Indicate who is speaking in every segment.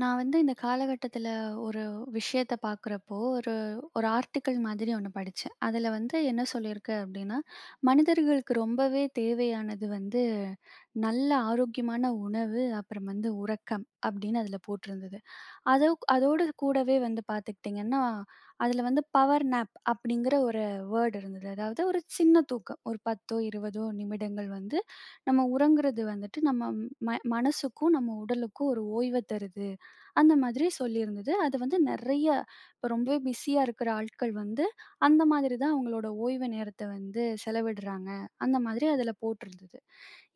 Speaker 1: நான் வந்து இந்த காலகட்டத்தில ஒரு விஷயத்த பார்க்குறப்போ, ஒரு ஒரு ஆர்டிக்கிள் மாதிரி ஒண்ணு படிச்சேன். அதில வந்து என்ன சொல்லியிருக்கு அப்டின்னா, மனிதர்களுக்கு ரொம்பவே தேவையானது வந்து நல்ல ஆரோக்கியமான உணவு, அப்புறம் வந்து உறக்கம் அப்டின்னு அதில போட்டிருந்தது. அதோ அதோடு கூடவே வந்து பார்த்துக்கிட்டிங்கன்னா, அதில வந்து பவர் நேப் அப்டிங்கிற ஒரு வேர்ட் இருந்தது. அதாவது ஒரு சின்ன தூக்கம். ஒரு 10ஓ, 20ஓ நிமிடங்கள் வந்து நம்ம உறங்குறது வந்துட்டு நம்ம மனசுக்கும், நம்ம உடலுக்கும் ஒரு ஓய்வ தருது. அந்த மாதிரி சொல்லியிருந்தது. அது வந்து நெறைய இப்ப ரொம்பவே பிஸியா இருக்கிற ஆட்கள் வந்து, அந்த மாதிரி தான் அவங்களோட ஓய்வு நேரத்த வந்து செலவிடுறாங்க. அந்த மாதிரி அதுல போட்டிருந்தது.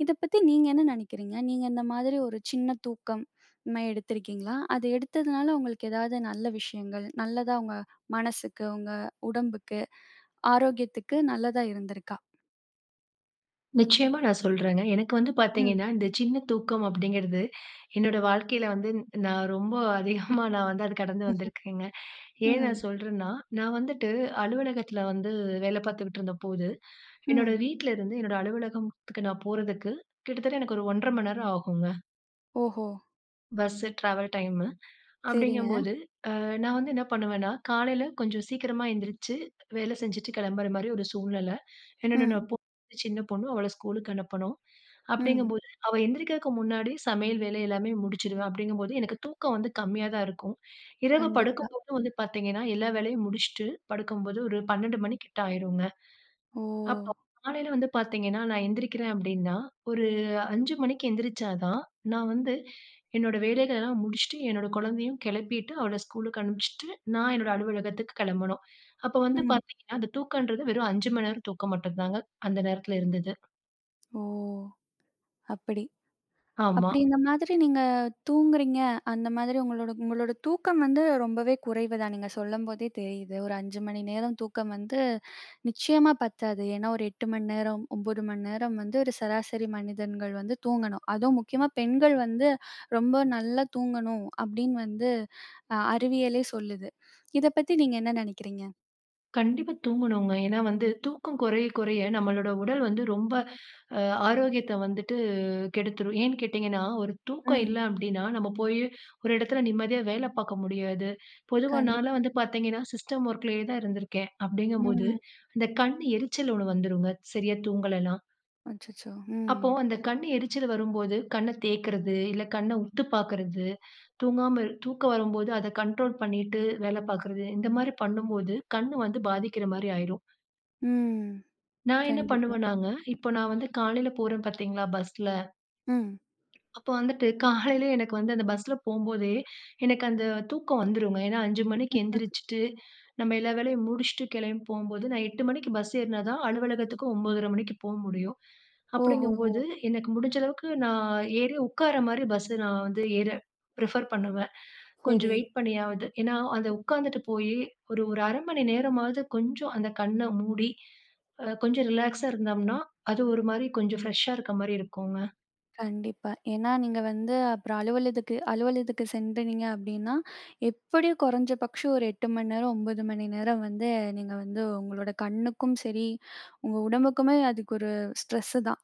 Speaker 1: இத பத்தி நீங்க என்ன நெனைக்கிறீங்க? நீங்க இந்த மாதிரி ஒரு சின்ன தூக்கம் இந்த மாரி எடுத்திருக்கீங்களா? அது எடுத்ததுனால உங்களுக்கு ஏதாவது நல்ல விஷயங்கள், நல்லதா உங்க மனசுக்கு, உங்க உடம்புக்கு, ஆரோக்கியத்துக்கு நல்லதா இருந்திருக்கா?
Speaker 2: நிச்சயமா நான் சொல்றேங்க. எனக்கு வந்து
Speaker 1: ம்.
Speaker 2: பார்த்தீங்கன்னா, இந்த சின்ன தூக்கம் அப்படிங்கிறது, என்னோட வாழ்க்கையில வந்து நான் ரொம்ப அதிகமா நான் வந்து அது கடந்து வந்திருக்கேங்க. ஏன் நான்
Speaker 1: ம்.
Speaker 2: சொல்றேன்னா, நான் வந்துட்டு அலுவலகத்தில வந்து வேலை பார்த்துக்கிட்டு இருந்தபோது, என்னோட
Speaker 1: ம்.
Speaker 2: வீட்ல இருந்து என்னோட அலுவலகத்துக்கு நான் போறதுக்கு கிட்டத்தட்ட எனக்கு ஒரு 1 1/2 மணி நேரம் ஆகுங்க.
Speaker 1: ஓஹோ!
Speaker 2: Bus travel time.
Speaker 1: சரிங்க.
Speaker 2: அப்படிங்கும்போது நான் வந்து என்ன பண்ணுவேன்னா, காலையில கொஞ்சம் சீக்கிரமா எந்திரிச்சு, வேலை செஞ்சுட்டு கிளம்புற மாரி ஒரு சூழ்நிலை. ஏன்னா,
Speaker 1: ம்.
Speaker 2: நான் பொ சின்ன பொண்ணு. அவள ஸ்கூலுக்கு அனுப்பணும்.
Speaker 1: ம்.
Speaker 2: அப்படிங்கும்போது, அவ எந்திரிக்கிறதுக்கு முன்னாடி சமையல் வேலை எல்லாமே முடிச்சுடுவேன். அப்படிங்கும்போது, எனக்கு தூக்கம் வந்து கம்மியா தான் இருக்கும். இரவு
Speaker 1: கண்டிப்பா.
Speaker 2: படுக்கும்போது வந்து பார்த்தீங்கன்னா, எல்லா வேலையும் முடிச்சுட்டு படுக்கும்போது ஒரு 12 மணி கிட்ட ஆயிருங்க.
Speaker 1: ஓ!
Speaker 2: அப்போ காலையில வந்து பார்த்தீங்கன்னா, நான் எந்திரிக்கிறேன் அப்டின்னா, ஒரு 5 மணிக்கு எந்திரிச்சா தான், நான் வந்து என்னோட வேலைகளெல்லாம் முடிச்சுட்டு, என்னோட குழந்தையும் கெளப்பிட்டு, அவள ஸ்கூலுக்கு அனுப்பிச்சுட்டு, நான் என்னோட அலுவலகத்துக்கு கெளம்பணும். அப்ப வந்து
Speaker 1: ம்.
Speaker 2: பார்த்தீங்கன்னா, அந்த தூக்கன்றது வெறும் 5 மணி நேரம் தூக்கம் மட்டும் தாங்க அந்த நேரத்துல இருந்தது.
Speaker 1: ஓ! அப்படி.
Speaker 2: ஆமா.
Speaker 1: அப்படி இந்த மாதிரி நீங்க தூங்குறீங்க, அந்த மாதிரி உங்களோட உங்களோட தூக்கம் வந்து ரொம்பவே குறைவு தான். நீங்க சொல்லும்போதே தெரியுது. ஒரு 5 மணி நேரம் தூக்கம் வந்து நிச்சயமா பத்தாது. ஏன்னா ஒரு 8 மணி நேரம், 9 மணி நேரம் வந்து ஒரு சராசரி மனிதன்கள் வந்து தூங்கணும். அதுவும் முக்கியமா பெண்கள் வந்து ரொம்ப நல்லா தூங்கணும் அப்படின்னு வந்து அறிவியலே சொல்லுது. இத பத்தி நீங்க என்ன நினைக்கிறீங்க?
Speaker 2: கண்டிப்பா தூங்கணுங்க. ஏன்னா வந்து தூக்கம் குறைய குறைய நம்மளோட உடல் வந்து ரொம்ப அ ஆரோக்கியத்த வந்துட்டு கெடுத்துரும். ஏன்னு கேட்டீங்கன்னா, ஒரு தூக்கம்
Speaker 1: ம்.
Speaker 2: இல்ல அப்டின்னா, நம்ம போய் ஒரு இடத்துல நிம்மதியா வேல பார்க்க முடியாது. பொதுவா
Speaker 1: கண்டிப்
Speaker 2: நான்லாம் வந்து பார்த்தீங்கன்னா, சிஸ்டம் ஒர்க்லயே தான் இருந்திருக்கேன். அப்டிங்கும்போது,
Speaker 1: ம்.
Speaker 2: அந்த கண் எரிச்சல் ஒண்ணு வந்துருங்க. சரியா தூங்கலன்னா.
Speaker 1: அச்சச்சோ!
Speaker 2: அப்போ
Speaker 1: ம்.
Speaker 2: அந்த கண் எரிச்சல் வரும்போது கண்ண தேய்க்கிறது, இல்ல கண்ண உத்து பார்க்கறது, தூங்காம தூக்கம் வரும்போது அத கண்ட்ரோல் பண்ணிட்டு வேல பார்க்கறது, இந்த மாரி பண்ணும்போது கண்ணு வந்து பாதிக்கிற மாரி ஆயிரும்.
Speaker 1: ம்.
Speaker 2: நான் என்ன
Speaker 1: கண்டிப்பா.
Speaker 2: பண்ணுவேன்னாங்க, இப்போ நான் வந்து காலையில போறேன் பார்த்தீங்களா பஸ்ல.
Speaker 1: ம்.
Speaker 2: அப்போ வந்துட்டு காலையில எனக்கு வந்து அந்த பஸ்ல போம்போதே, எனக்கு அந்த தூக்கம் வந்துருங்க. ஏன்னா 5 மணிக்கு எந்திரிச்சுட்டு, நம்ம எல்லா வேலையும் முடிச்சுட்டு கிளம்பி போம்போது, நான் 8 மணிக்கு பஸ் ஏறினா தான் அலுவலகத்துக்கு 9:30 மணிக்கு போ முடியும்.
Speaker 1: ஓஹோஹோ!
Speaker 2: அப்படிங்கும்போது, எனக்கு முடிஞ்ச அளவுக்கு நான் ஏறி உட்கார மாரி பஸ்ஸு நான் வந்து ஏற ப்ரிஃபர் பண்ணுவேன். கொஞ்சம்
Speaker 1: சரி.
Speaker 2: வெயிட் பண்ணியாவது. ஏன்னா, அத உட்கார்ந்துட்டு போயி, ஒரு ஒரு 1/2 மணி நேரமாவது கொஞ்சம் அந்த கண்ண மூடி, கொஞ்சம் ரிலாக்ஸா இருந்தோம்னா, அது ஒரு மாரி கொஞ்சம் ஃப்ரெஷ்ஷா இருக்க மாரி இருக்குங்க.
Speaker 1: கண்டிப்பா. ஏன்னா நீங்க வந்து அப்புறம் அலுவலகத்துக்கு சென்றீங்க அப்டின்னா, எப்படியும் குறைஞ்சபட்சம் ஒரு 8 மணி நேரம், 9 மணி நேரம் வந்து நீங்க வந்து உங்களோட கண்ணுக்கும் சரி, உங்க உடம்புக்குமே அதுக்கு ஒரு ஸ்ட்ரெஸ்ஸு தான்.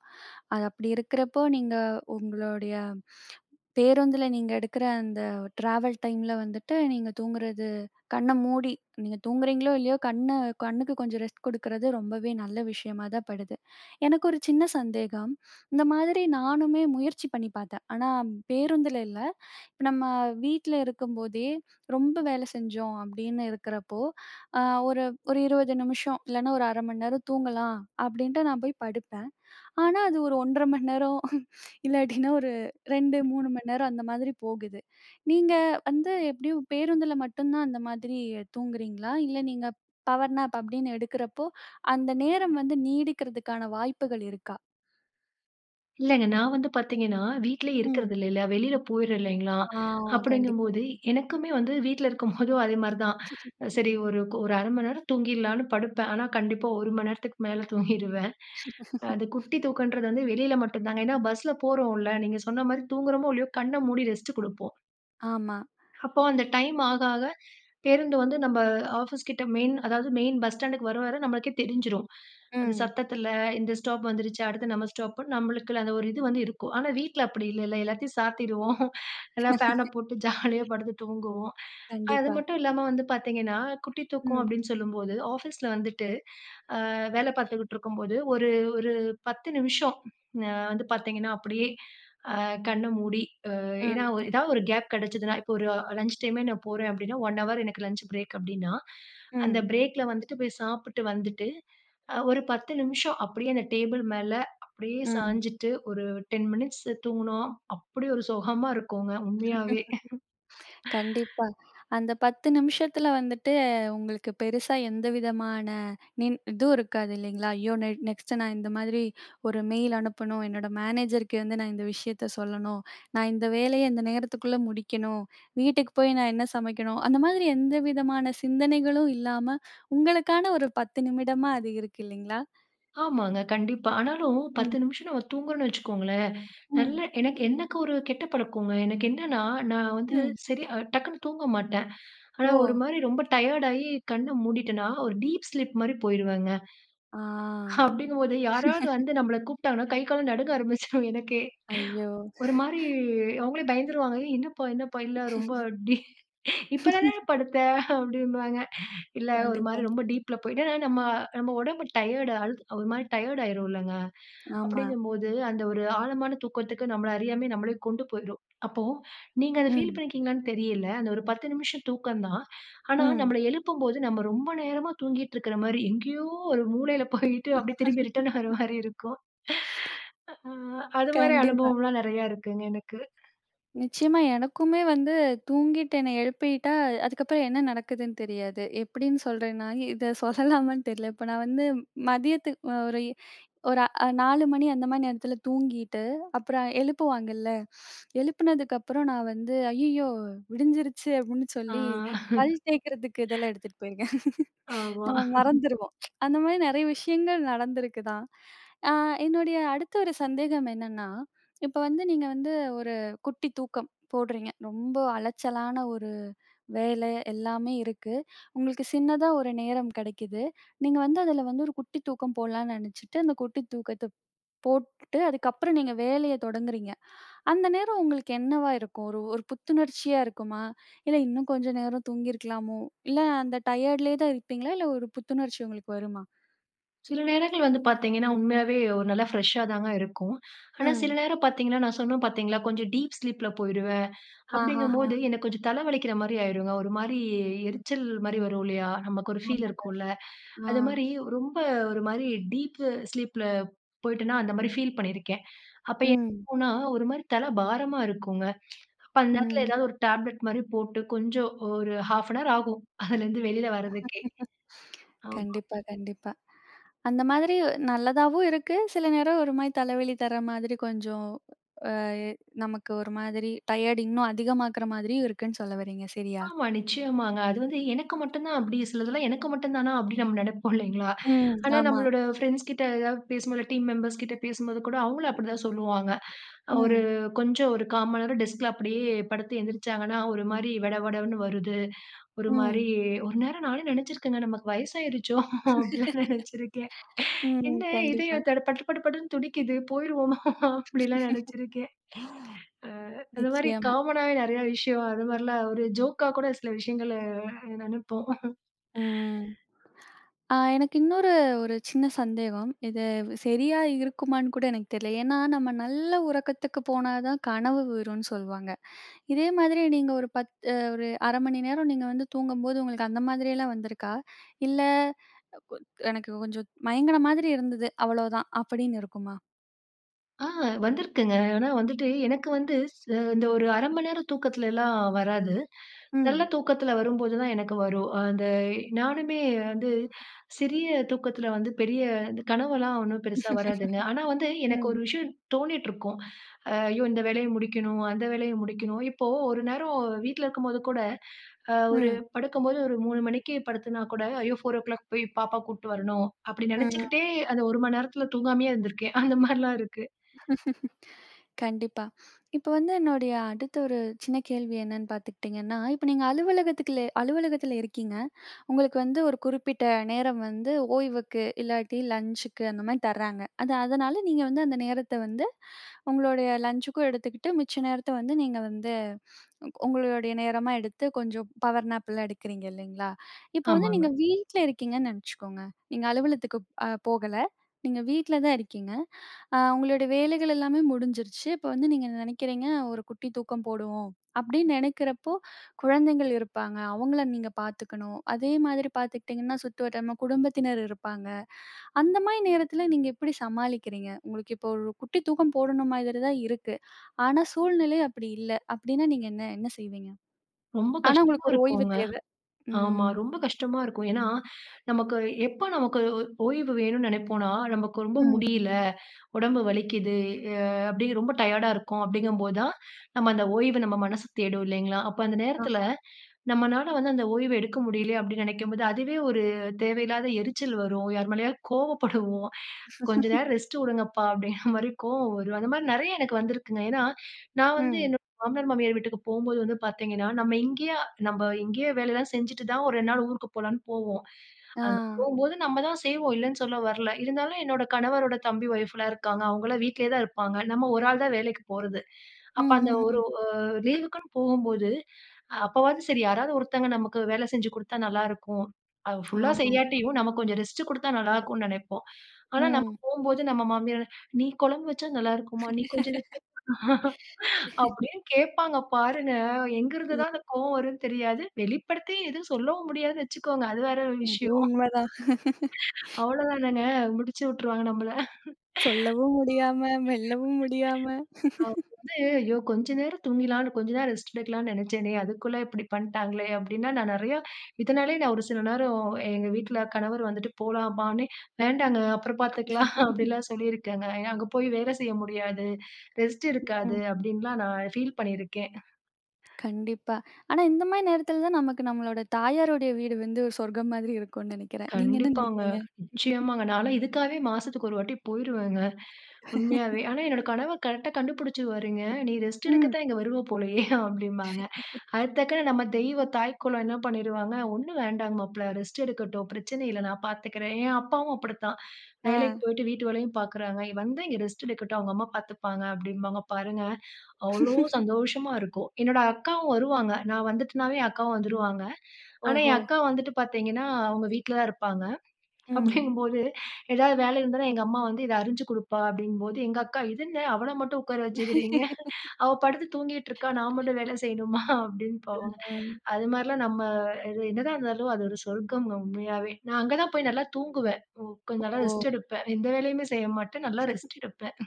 Speaker 1: அது அப்படி இருக்கிறப்போ நீங்க உங்களுடைய பேருந்துல நீங்க எடுக்கிற அந்த டிராவல் டைம்ல வந்துட்டு நீங்க தூங்குறது கண்ண மூடி நீங்க தூங்குறீங்களோ இல்லையோ கண்ணுக்கு கொஞ்சம் ரெஸ்ட் குடுக்குறது ரொம்பவே நல்ல விஷயமா தான் படுது. எனக்கு ஒரு சின்ன சந்தேகம். இந்த மாதிரி நானுமே முயற்சி பண்ணி பார்த்தேன். ஆனா பேருந்துல இல்ல. இப்ப நம்ம வீட்ல இருக்கும்போதே ரொம்ப வேலை செஞ்சோம் அப்படின்னு இருக்கிறப்போ, அ ஒரு ஒரு 20 நிமிஷம் இல்லன்னா ஒரு 1/2 மணி நேரம் தூங்கலாம் அப்படின்ட்டு நான் போய் படுப்பேன். ஆனா அது ஒரு 1 1/2 மணி நேரம் இல்லாட்டினா ஒரு 2, 3 மணி நேரம் அந்த மாதிரி போகுது. நீங்க வந்து எப்படியும் பேருந்துல மட்டும் தான் அந்த மாதிரி தூங்குறீங்களா? இல்ல நீங்க பவர் நேப் அப்படின்னு எடுக்கிறப்போ, அந்த நேரம் வந்து நீடிக்கிறதுக்கான வாய்ப்புகள் இருக்கா?
Speaker 2: இல்லங்க, நான் வந்து பார்த்தீங்கன்னா, வீட்லயே இருக்கிறது
Speaker 1: ம்.
Speaker 2: இல்லைல, வெளியில போயிடுறேன் இல்லைங்களா?
Speaker 1: ஆ கண்டிப்பா.
Speaker 2: அப்படிங்கும்போது, எனக்குமே வந்து வீட்ல இருக்கும்போதும் அதே மாரி தான். சரி ஒரு ஒரு 1/2 மணி நேரம் தூங்கிடலான்னு படுப்பேன். ஆனா, கண்டிப்பா 1 மணி நேரத்துக்கு மேல தூங்கிருவேன். அது குட்டி தூக்கன்றது வந்து வெளியில மட்டும் தாங்க. ஏன்னா, பஸ்ல போறோம்ல, நீங்க சொன்ன மாரி தூங்குறோமோ இல்லையோ, கண்ண மூடி ரெஸ்ட் குடுப்போம்.
Speaker 1: ஆமா.
Speaker 2: அப்போ அந்த டைம் ஆக ஆக பேருந்து வந்து நம்ம ஆஃபீஸ் கிட்ட மெயின் அதாவது மெயின் பஸ் ஸ்டாண்டுக்கு வர வர நம்மளுக்கே தெரிஞ்சிரும். அந்த
Speaker 1: ம்.
Speaker 2: சத்தத்துல இந்த ஸ்டாப் வந்துருச்சு, அடுத்து நம்ம ஸ்டாப் நம்மளுக்குள்ள அந்த ஒரு இது வந்து இருக்கும். ஆனா வீட்ல அப்படி இல்லல்ல. எல்லாத்தையும் சாத்திருவோம். நல்லா ஃபேன போட்டு ஜாலியா படுத்து தூங்குவோம். அது
Speaker 1: கண்டிப்பா.
Speaker 2: மட்டும் இல்லாம வந்து பார்த்தீங்கன்னா, குட்டி தூக்கம்
Speaker 1: ம்.
Speaker 2: அப்படின்னு சொல்லும்போது, ஆஃபீஸ்ல வந்துட்டு அ வேலை பார்த்துக்கிட்டு இருக்கும்போது, ஒரு ஒரு 10 நிமிஷம் வந்து பார்த்தீங்கன்னா, அப்படியே கண்ண மூடி, அ
Speaker 1: ம்.
Speaker 2: ஏன்னா ஒரு- ஏதாவது ஒரு கேப் கிடைச்சதுன்னா, இப்போ ஒரு லஞ்ச் டைமே நான் போறேன் அப்படின்னா, 1 ஹவர் எனக்கு லஞ்ச் பிரேக் அப்படின்னா, அந்த
Speaker 1: ம்.
Speaker 2: பிரேக்ல வந்துட்டு போய் சாப்பிட்டு வந்துட்டு, ஒரு 10 நிமிஷம் அப்படியே அந்த டேபிள் மேல அப்படியே
Speaker 1: ம்.
Speaker 2: சாஞ்சுட்டு, ஒரு 10 மினிட்ஸ் தூங்குனா, அப்படி ஒரு சுகமா இருக்குங்க உண்மையாவே.
Speaker 1: கண்டிப்பா. அந்த 10 நிமிஷத்துல வந்துட்டு உங்களுக்கு பெருசா எந்த விதமான நின் இதுவும் இருக்காது இல்லைங்களா? ஐயோ! நெக்ஸ்ட்டு நான் இந்த மாதிரி ஒரு மெயில் அனுப்பணும். என்னோட மேனேஜருக்கு வந்து நான் இந்த விஷயத்த சொல்லணும். நான் இந்த வேலைய இந்த நேரத்துக்குள்ள முடிக்கணும். வீட்டுக்கு போய் நான் என்ன சமைக்கணும்? அந்த மாதிரி எந்த விதமான சிந்தனைகளும் இல்லாம, உங்களுக்கான ஒரு 10 நிமிடமா அது இருக்கு இல்லைங்களா?
Speaker 2: ஆமாங்க, கண்டிப்பா. ஆனாலும்
Speaker 1: ம்.
Speaker 2: 10 நிமிஷம் நம்ம தூங்குறோம்னு வச்சுக்கோங்களேன், நல்ல
Speaker 1: ம்.
Speaker 2: எனக்கு எனக்கு ஒரு கெட்ட பழக்கங்க. எனக்கு என்னன்னா, நான் வந்து
Speaker 1: ம்.
Speaker 2: சரி டக்குன்னு தூங்க மாட்டேன். ஆனா
Speaker 1: ஓ!
Speaker 2: ஒரு மாரி ரொம்ப டயர்ட் ஆயி கண்ண மூடிட்டேன்னா, ஒரு டீப் ஸ்லீப் மாரி போயிருவேங்க.
Speaker 1: ஆ.
Speaker 2: அப்டிங்கும்போது யாராவது வந்து நம்மள கூப்ட்டாங்கன்னா, கை கால்லாம் நடுங்க ஆரம்பிச்சுரும் எனக்கே.
Speaker 1: ஐயோ!
Speaker 2: ஒரு மாரி அவங்களே பயந்துருவாங்க. "ஏய் என்னப்பா என்னப்பா இல்ல ரொம்ப டீ இப்ப தானே படுத்த" அப்டிம்பாங்க. "இல்ல ஒரு மாரி
Speaker 1: கண்டிப்பா.
Speaker 2: ரொம்ப டீப்ல போயிட்டேன்." ஏன்னா நம்ம நம்ம உடம்பு டயர்டு ஒரு மாரி டயர்ட் ஆயிரும்லங்க.
Speaker 1: ஆமா.
Speaker 2: அப்படிங்கும்போது, அந்த ஒரு ஆழமான தூக்கத்துக்கு நம்மள அறியாமயே நம்மளே கொண்டு போயிரும். அப்போ நீங்க அத ஃபீல்
Speaker 1: ம்,
Speaker 2: பண்ணியிருக்கீங்களான்னு தெரியல. அந்த ஒரு 10 நிமிஷம் தூக்கம் தான். ஆனா,
Speaker 1: ம்.
Speaker 2: நம்மள எழுப்பும்போது நம்ம ரொம்ப நேரமா தூங்கிட்டு இருக்கிற மாரி, எங்கேயோ ஒரு மூலையில போயிட்டு அப்படியே திரும்பி ரிட்டர்ன் வர மாரி இருக்கும். அ அது மாரி
Speaker 1: கண்டிப்பா.
Speaker 2: அனுபவம்லாம் நெறையா இருக்குங்க எனக்கு.
Speaker 1: நிச்சயமா எனக்குமே வந்து தூங்கிட்டு என்ன எழுப்பிட்டா, அதுக்கப்புறம் என்ன நடக்குதுன்னு தெரியாது. எப்படின்னு சொல்றேன்னா, இத சொல்லலாமான்னு தெரியல. இப்ப நான் வந்து மதியத்துக்கு ஒரு ஒரு அ 4 மணி அந்த மாரி நேரத்துல தூங்கிட்டு, அப்புறம் எழுப்புவாங்கல்ல. எழுப்புனதுக்கப்புறம் நான் வந்து, "ஐய்யயோ! விடிஞ்சிருச்சு" அப்படின்னு
Speaker 2: ஆ
Speaker 1: சொல்லி பல் தேய்க்கிறதுக்கு இதெல்லாம் எடுத்துட்டு போயிருக்கேன்.
Speaker 2: ஆமா.
Speaker 1: நம்ம மறந்துருவோம். அந்த மாரி நெறைய விஷயங்கள் நடந்திருக்கு தான். ஆ என்னுடைய அடுத்த ஒரு சந்தேகம் என்னன்னா, இப்ப வந்து நீங்க வந்து ஒரு குட்டி தூக்கம் போடுறீங்க. ரொம்ப அலைச்சலான ஒரு வேலை எல்லாமே இருக்கு. உங்களுக்கு சின்னதா ஒரு நேரம் கிடைக்குது. நீங்க வந்து அதுல வந்து ஒரு குட்டி தூக்கம் போடலான்னு நெனச்சுட்டு, அந்த குட்டி தூக்கத்த போட்டுட்டு, அதுக்கப்புறம் நீங்க வேலைய தொடங்குறீங்க. அந்த நேரம் உங்களுக்கு என்னவா இருக்கும்? ஒரு ஒரு புத்துணர்ச்சியா இருக்குமா? இல்ல இன்னும் கொஞ்ச நேரம் தூங்கியிருக்கலாமோ? இல்ல அந்த டயர்ட்லயே தான் இருப்பீங்களா? இல்ல ஒரு புத்துணர்ச்சி உங்களுக்கு வருமா?
Speaker 2: சில நேரங்கள் வந்து பார்த்தீங்கன்னா, உண்மையாவே ஒரு நல்லா ஃப்ரெஷ்ஷா தாங்க இருக்கும். ஆனா சில
Speaker 1: ம்.
Speaker 2: நேரம் பார்த்தீங்கன்னா, நான் சொன்னேன் பார்த்தீங்களா, கொஞ்சம் டீப் ஸ்லீப்ல போயிடுவேன்.
Speaker 1: ஆஹஹா!
Speaker 2: அப்படிங்கும்போது, எனக்கு கொஞ்சம் தலை வலிக்கிற மாரி ஆயிருங்க. ஒரு மாரி எரிச்சல் மாரி வரும் இல்லையா? நமக்கு ஒரு ஃபீல்
Speaker 1: ஆமா.
Speaker 2: இருக்கும்ல.
Speaker 1: ஆ.
Speaker 2: அது மாரி ரொம்ப ஒரு மாரி டீப் ஸ்லீப்ல போயிட்டேன்னா, அந்த மாரி ஃபீல் பண்ணியிருக்கேன். அப்ப என்ன
Speaker 1: ம்.
Speaker 2: ஆகும்னா, ஒரு மாரி தலை பாரமா இருக்குங்க. அப்ப அந்த நேரத்துல
Speaker 1: ம்.
Speaker 2: ஏதாவது ஒரு டேப்லெட் மாரி போட்டு கொஞ்சம் ஒரு 1/2 அன் ஹவர் ஆகும். அதுலேருந்து வெளியில வர்றதுக்கே. ஆமா.
Speaker 1: கண்டிப்பா, கண்டிப்பா. அந்த மாதிரி நல்லதாவும் இருக்கு. சில நேரம் ஒரு மாரி தலைவலி தர மாதிரி கொஞ்சம் அ நமக்கு ஒரு மாதிரி டயர்ட் இன்னும் அதிகமாக்குற மாதிரியும் இருக்குன்னு சொல்ல வர்றீங்க. சரியா?
Speaker 2: ஆமா, நிச்சயமாங்க. அது வந்து எனக்கு மட்டும் தான் அப்படி சிலதெல்லாம் எனக்கு மட்டும் தானா அப்படி நம்ம நெனைப்போம் இல்லைங்களா?
Speaker 1: ம்.
Speaker 2: ஆனா
Speaker 1: ஆமா.
Speaker 2: நம்மளோட ஃப்ரெண்ட்ஸ் கிட்ட ஏதாவது பேசும்போது, டீம் மெம்பர்ஸ் கிட்ட பேசும்போது கூட அவங்களும் அப்படிதான் சொல்லுவாங்க. ஒரு
Speaker 1: ம்.
Speaker 2: கொஞ்சம் ஒரு 1/4 மணி நேரம் டெஸ்க்ல அப்படியே படுத்து எந்திரிச்சாங்கன்னா, ஒரு மாரி வெட வெடன்னு வருது. ஒரு
Speaker 1: ம்.
Speaker 2: மாரி ஒரு நேரம் நானே நெனச்சிருக்கேங்க, நமக்கு வயசாயிருச்சோ அப்படிலாம் நெனச்சிருக்கேன்.
Speaker 1: ம்.
Speaker 2: என்ன
Speaker 1: கண்டிப்பா.
Speaker 2: இதயம் தட பட்டு பட்டு பட்டுன்னு துடிக்குது, போயிருவோமா அப்படிலாம் நெனச்சிருக்கேன். அந்த மாரி
Speaker 1: நிச்சயமா.
Speaker 2: காமனாவே நெறைய விஷயம் அது மாரிலாம் ஒரு ஜோக்கா கூட சில விஷயங்கள நெனப்போம்.
Speaker 1: ம். ஆ எனக்கு இன்னொரு ஒரு சின்ன சந்தேகம். இது சரியா இருக்குமான்னு கூட எனக்கு தெரியல. ஏன்னா, நம்ம நல்ல உறக்கத்துக்கு போனா தான் கனவு வீறும்ன்னு சொல்லுவாங்க. இதே மாதிரி நீங்க ஒரு 10 ஒரு 1/2 மணி நேரம் நீங்க வந்து தூங்கும்போது உங்களுக்கு அந்த மாதிரியெல்லாம் வந்திருக்கா? இல்ல கொ எனக்கு கொஞ்சம் மயங்கின மாதிரி இருந்தது. அவ்வளோதான் அப்படின்னு இருக்குமா?
Speaker 2: ஆ வந்திருக்குங்க. ஆனா வந்துட்டு எனக்கு வந்து இந்த ஒரு 1/2 மணி நேரம் தூக்கத்துலலாம் வராது. நல்ல
Speaker 1: ம்.
Speaker 2: தூக்கத்துல வரும்போது தான் எனக்கு வரும். அந்த நானுமே வந்து சிறிய தூக்கத்துல வந்து பெரிய இந்த கனவெல்லாம் ஒண்ணும் பெருசா வராதுங்க. ஆனா வந்து எனக்கு ஒரு
Speaker 1: ம்.
Speaker 2: விஷயம் தோணிட்டுருக்கும். ஐயோ! இந்த வேலைய முடிக்கணும், அந்த வேலைய முடிக்கணும். இப்போ ஒரு நேரம் வீட்ல இருக்கும்போது கூட, ஒரு
Speaker 1: ம்.
Speaker 2: படுக்கும்போது ஒரு 3 மணிக்கு படுத்தேன்னா கூட, ஐயோ! 4:00 போய் பாப்பா கூட்டு வரணும். அப்படி
Speaker 1: ம்.
Speaker 2: நெனச்சுக்கிட்டே அந்த 1 மணி நேரத்துல தூங்காமயே இருந்திருக்கேன். அந்த மாரிலாம் இருக்கு.
Speaker 1: கண்டிப்பா. இப்ப வந்து என்னுடைய அடுத்த ஒரு சின்ன கேள்வி என்னன்னு பார்த்துக்கிட்டிங்கன்னா, இப்ப நீங்க அலுவலகத்துல இருக்கீங்க. உங்களுக்கு வந்து ஒரு குறிப்பிட்ட நேரம் வந்து ஓய்வுக்கு, இல்லாட்டி லஞ்சுக்கு அந்த மாரி தர்றாங்க. அது அதனால நீங்க வந்து அந்த நேரத்த வந்து உங்களுடைய லஞ்சுக்கும் எடுத்துக்கிட்டு, மிச்ச நேரத்த வந்து நீங்க வந்து உங்களுடைய நேரமா எடுத்து கொஞ்சம் பவர் நேப் எல்லாம் எடுக்கிறீங்க இல்லைங்களா? இப்போ வந்து
Speaker 2: ஆமாங்க.
Speaker 1: நீங்க வீட்ல இருக்கீங்கன்னு நெனச்சுக்கோங்க. நீங்க அலுவலகத்துக்கு போகல. நீங்க வீட்ல தான் இருக்கீங்க. உங்களுடைய வேலைகள் எல்லாமே முடிஞ்சிருச்சு. இப்போ வந்து நீங்க நெனைக்கிறீங்க, "ஒரு குட்டி தூக்கம் போடுவோம்." அப்படின்னு நெனைக்கிறப்போ, குழந்தைகள் இருப்பாங்க. அவங்கள நீங்க பாத்துக்கணும். அதே மாதிரி பாத்துக்கிட்டீங்கன்னா, சுத்துவட்டமா குடும்பத்தினர் இருப்பாங்க. அந்த மாரி நேரத்துல நீங்க எப்படி சமாளிக்கிறீங்க? உங்களுக்கு இப்போ ஒரு குட்டி தூக்கம் போடணும் மாதிரி தான் இருக்கு. ஆனா சூழ்நிலை அப்படி இல்ல. அப்படின்னா நீங்க என்ன என்ன செய்வீங்க?
Speaker 2: ரொம்ப
Speaker 1: ஆனா
Speaker 2: கஷ்டமா
Speaker 1: உங்களுக்கு ஒரு ஓய்வு
Speaker 2: இருக்குங்க.
Speaker 1: தேவ.
Speaker 2: ஆமா.
Speaker 1: ம்.
Speaker 2: ரொம்ப கஷ்டமா இருக்கும். ஏன்னா, நமக்கு எப்ப நமக்கு ஓய்வு வேணும்னு நெனைப்போம்னா, நமக்கு ரொம்ப
Speaker 1: ம்.
Speaker 2: முடியல, உடம்பு வலிக்குது, அ அப்படி ரொம்ப டயர்டா இருக்கோம் அப்படிங்கும்போது தான், நம்ம அந்த ஓய்வு நம்ம மனசு தேடும் இல்லைங்களா? அப்ப அந்த நேரத்துல
Speaker 1: அ.
Speaker 2: நம்மனால வந்து அந்த ஓய்வு எடுக்க முடியலையே அப்படின்னு நெனைக்கும்போது, அதுவே ஒரு தேவையில்லாத எரிச்சல் வரும். யார் மேலயாவது கோவப்படுவோம். கொஞ்ச நேரம் ரெஸ்ட் விடுங்கப்பா அப்படிங்கிற மாரி கோவம் வரும். அந்த மாரி நெறைய எனக்கு வந்திருக்குங்க. ஏன்னா, நான் வந்து
Speaker 1: ம்.
Speaker 2: என்னோட மாமனார், மாமியார் வீட்டுக்கு போம்போது வந்து பார்த்தீங்கன்னா, நம்ம இங்கேயே வேலையெல்லாம் செஞ்சுட்டு தான் ஒரு 2 நாள் ஊருக்கு போலான்னு போவோம்.
Speaker 1: ஆ.
Speaker 2: அங்க போம்போது நம்ம தான் செய்வோம், இல்லன்னு சொல்ல வரல. இருந்தாலும் என்னோட கணவரோட தம்பி ஒய்ஃப்லாம் இருக்காங்க. அவங்கலாம் வீட்லயே தான் இருப்பாங்க. நம்ம ஒரு ஆள் தான் வேலைக்கு போறது. அப்ப அந்த
Speaker 1: ம்ஹ்ஹ்ம்.
Speaker 2: லீவுக்குன்னு போகும்போது அப்பவாவது சரி யாராவது ஒருத்தங்க நமக்கு வேலை செஞ்சு குடுத்தா நல்லா இருக்கும். அது ஃபுல்லா
Speaker 1: ஆமாங்க. ம். ஆமா
Speaker 2: செய்யாட்டியும் நமக்கு கொஞ்சம் ரெஸ்ட் குடுத்தா நல்லா இருக்கும்னு நெனைப்போம். ஆனா நம்ம
Speaker 1: ம்.
Speaker 2: போம்போது நம்ம மாமியார், "நீ குழம்பு வச்சா நல்லா இருக்கும்மா, நீ கொஞ்சம் வச்சா" அப்படின்னு கேட்பாங்க பாருங்க. எங்கிருந்து
Speaker 1: இ-
Speaker 2: தான் அந்த கோவம் வரும்னு தெரியாது. வெளிப்படுத்தி எதுவும் சொல்லவும் முடியாதுன்னு வச்சுக்கோங்க. அது வேற விஷயம்.
Speaker 1: அதுவும் உண்மதான்.
Speaker 2: அவ்வளோதானங்க முடிச்சு விட்டுருவாங்க நம்மள.
Speaker 1: சொல்லவும் முடியாம, மெல்லவும் முடியாம.
Speaker 2: அப்ப வந்து, ஐயோ! கொஞ்ச நேரம் தூங்கிலான்னு, கொஞ்ச நேரம் ரெஸ்ட் எடுக்கலான்னு நெனச்சேனே! அதுக்குள்ள இப்டி பண்ட்டாங்களே! அப்டின்னா, நான் நெறையா இதனாலயே நான் ஒரு சில நேரம் எங்க வீட்ல கணவர் வந்துட்டு போலாமான்னு, வேண்டாங்க அப்புறம் பாத்துக்கலாம் அப்டிலாம் சொல்லியிருக்கேங்க. ஏன்னா அங்க போய் வேல செய்ய முடியாது, ரெஸ்ட் இருக்காது
Speaker 1: ம்.
Speaker 2: அப்டின்லாம் நான் ஃபீல் பண்ணியிருக்கேன்.
Speaker 1: கண்டிப்பா. ஆனா இந்த மாரி நேரத்துல தான் நமக்கு நம்மளோட தாயாருடைய வீடு வந்து ஒரு சொர்க்கம் மாதிரி இருக்கும்னு நெனைக்கிறேன். நீங்க என்ன
Speaker 2: கண்டிப்பாங்க.
Speaker 1: நெனைக்கிறீங்க?
Speaker 2: நிச்சயமாங்க. நான்லாம் இதுக்காகவே மாசத்துக்கு ஒரு வாட்டி போயிருவேங்க. உண்மையாவே. ஆனா என்னோட கணவர் கரெக்ட்டா கண்டுபிடிச்சுருவாருங்க. "நீ ரெஸ்ட் எடுக்க
Speaker 1: ம்.
Speaker 2: தான் இங்க வருவ போலயே" அப்டிம்பாங்க. அது டக்குனு நம்ம தெய்வ தாய்க்குலம் என்ன பண்ணிடுவாங்க, "ஒண்ணும் வேண்டாங்க மாப்ள. ரெஸ்ட் எடுக்கட்டும். பிரச்சனை இல்ல. நான் பாத்துக்கிறேன்." என் அப்பாவும் அப்படித்தான்.
Speaker 1: ஆ.
Speaker 2: வேலைக்கு போயிட்டு வீட்டு வேலையும் பாக்குறாங்க. "வந்தா இங்க ரெஸ்ட் எடுக்கட்டும். அவங்க அம்மா பாத்துப்பாங்க." அப்படிம்பாங்க. பாருங்க, அவ்ளோ சந்தோஷமா இருக்கும். என்னோட அக்காவும் வருவாங்க. நான் வந்துட்டேனாவே என் அக்காவும் வந்துருவாங்க. ஆனா என்
Speaker 1: ஓஹோ!
Speaker 2: அக்கா வந்துட்டு பாத்தீங்கன்னா, அவங்க வீட்ல தான் இருப்பாங்க.
Speaker 1: ம்.
Speaker 2: அப்படிங்கும்போது, ஏதாவது வேலை இருந்ததுனா எங்க அம்மா வந்து இத அரிஞ்சு குடுப்பா அப்படிங்கும்போது, எங்க அக்கா, "இது என்ன அவள மட்டும் உட்கார வச்சுக்கிறீங்க? அவ படுத்து தூங்கிட்டு இருக்கா. நான் மட்டும் வேலை செய்யணுமா?" அப்படின்னு பாவங்க.
Speaker 1: ம்.
Speaker 2: அது மாரிலாம் நம்ம இது என்னதான் இருந்தாலும் அது ஒரு சொர்க்கம்ங்க உண்மையாவே. நான் அங்க தான் போய் நல்லா தூங்குவேன். கொஞ்சம் நல்லா
Speaker 1: ஓ!
Speaker 2: ரெஸ்ட் எடுப்பேன். எந்த வேலையுமே செய்ய மாட்டேன். நல்லா ரெஸ்ட் எடுப்பேன்.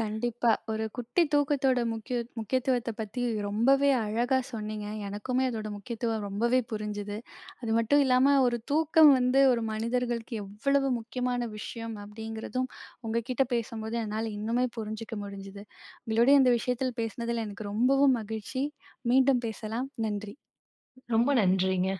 Speaker 1: கண்டிப்பா. ஒரு குட்டி தூக்கத்தோட முக்கிய முக்கியத்துவத்த பத்தி ரொம்பவே அழகா சொன்னீங்க. எனக்குமே அதோட முக்கியத்துவம் ரொம்பவே புரிஞ்சுது. அது மட்டும் இல்லாம ஒரு தூக்கம் வந்து ஒரு மனிதர்களுக்கு எவ்வளவு முக்கியமான விஷயம் அப்படிங்கிறதும் உங்ககிட்ட பேசும்போது என்னால இன்னுமே புரிஞ்சுக்க முடிஞ்சுது. உங்களோட இந்த விஷயத்தில் பேசினதில எனக்கு ரொம்பவும் மகிழ்ச்சி. மீண்டும் பேசலாம். நன்றி.
Speaker 2: ரொம்ப நன்றிங்க.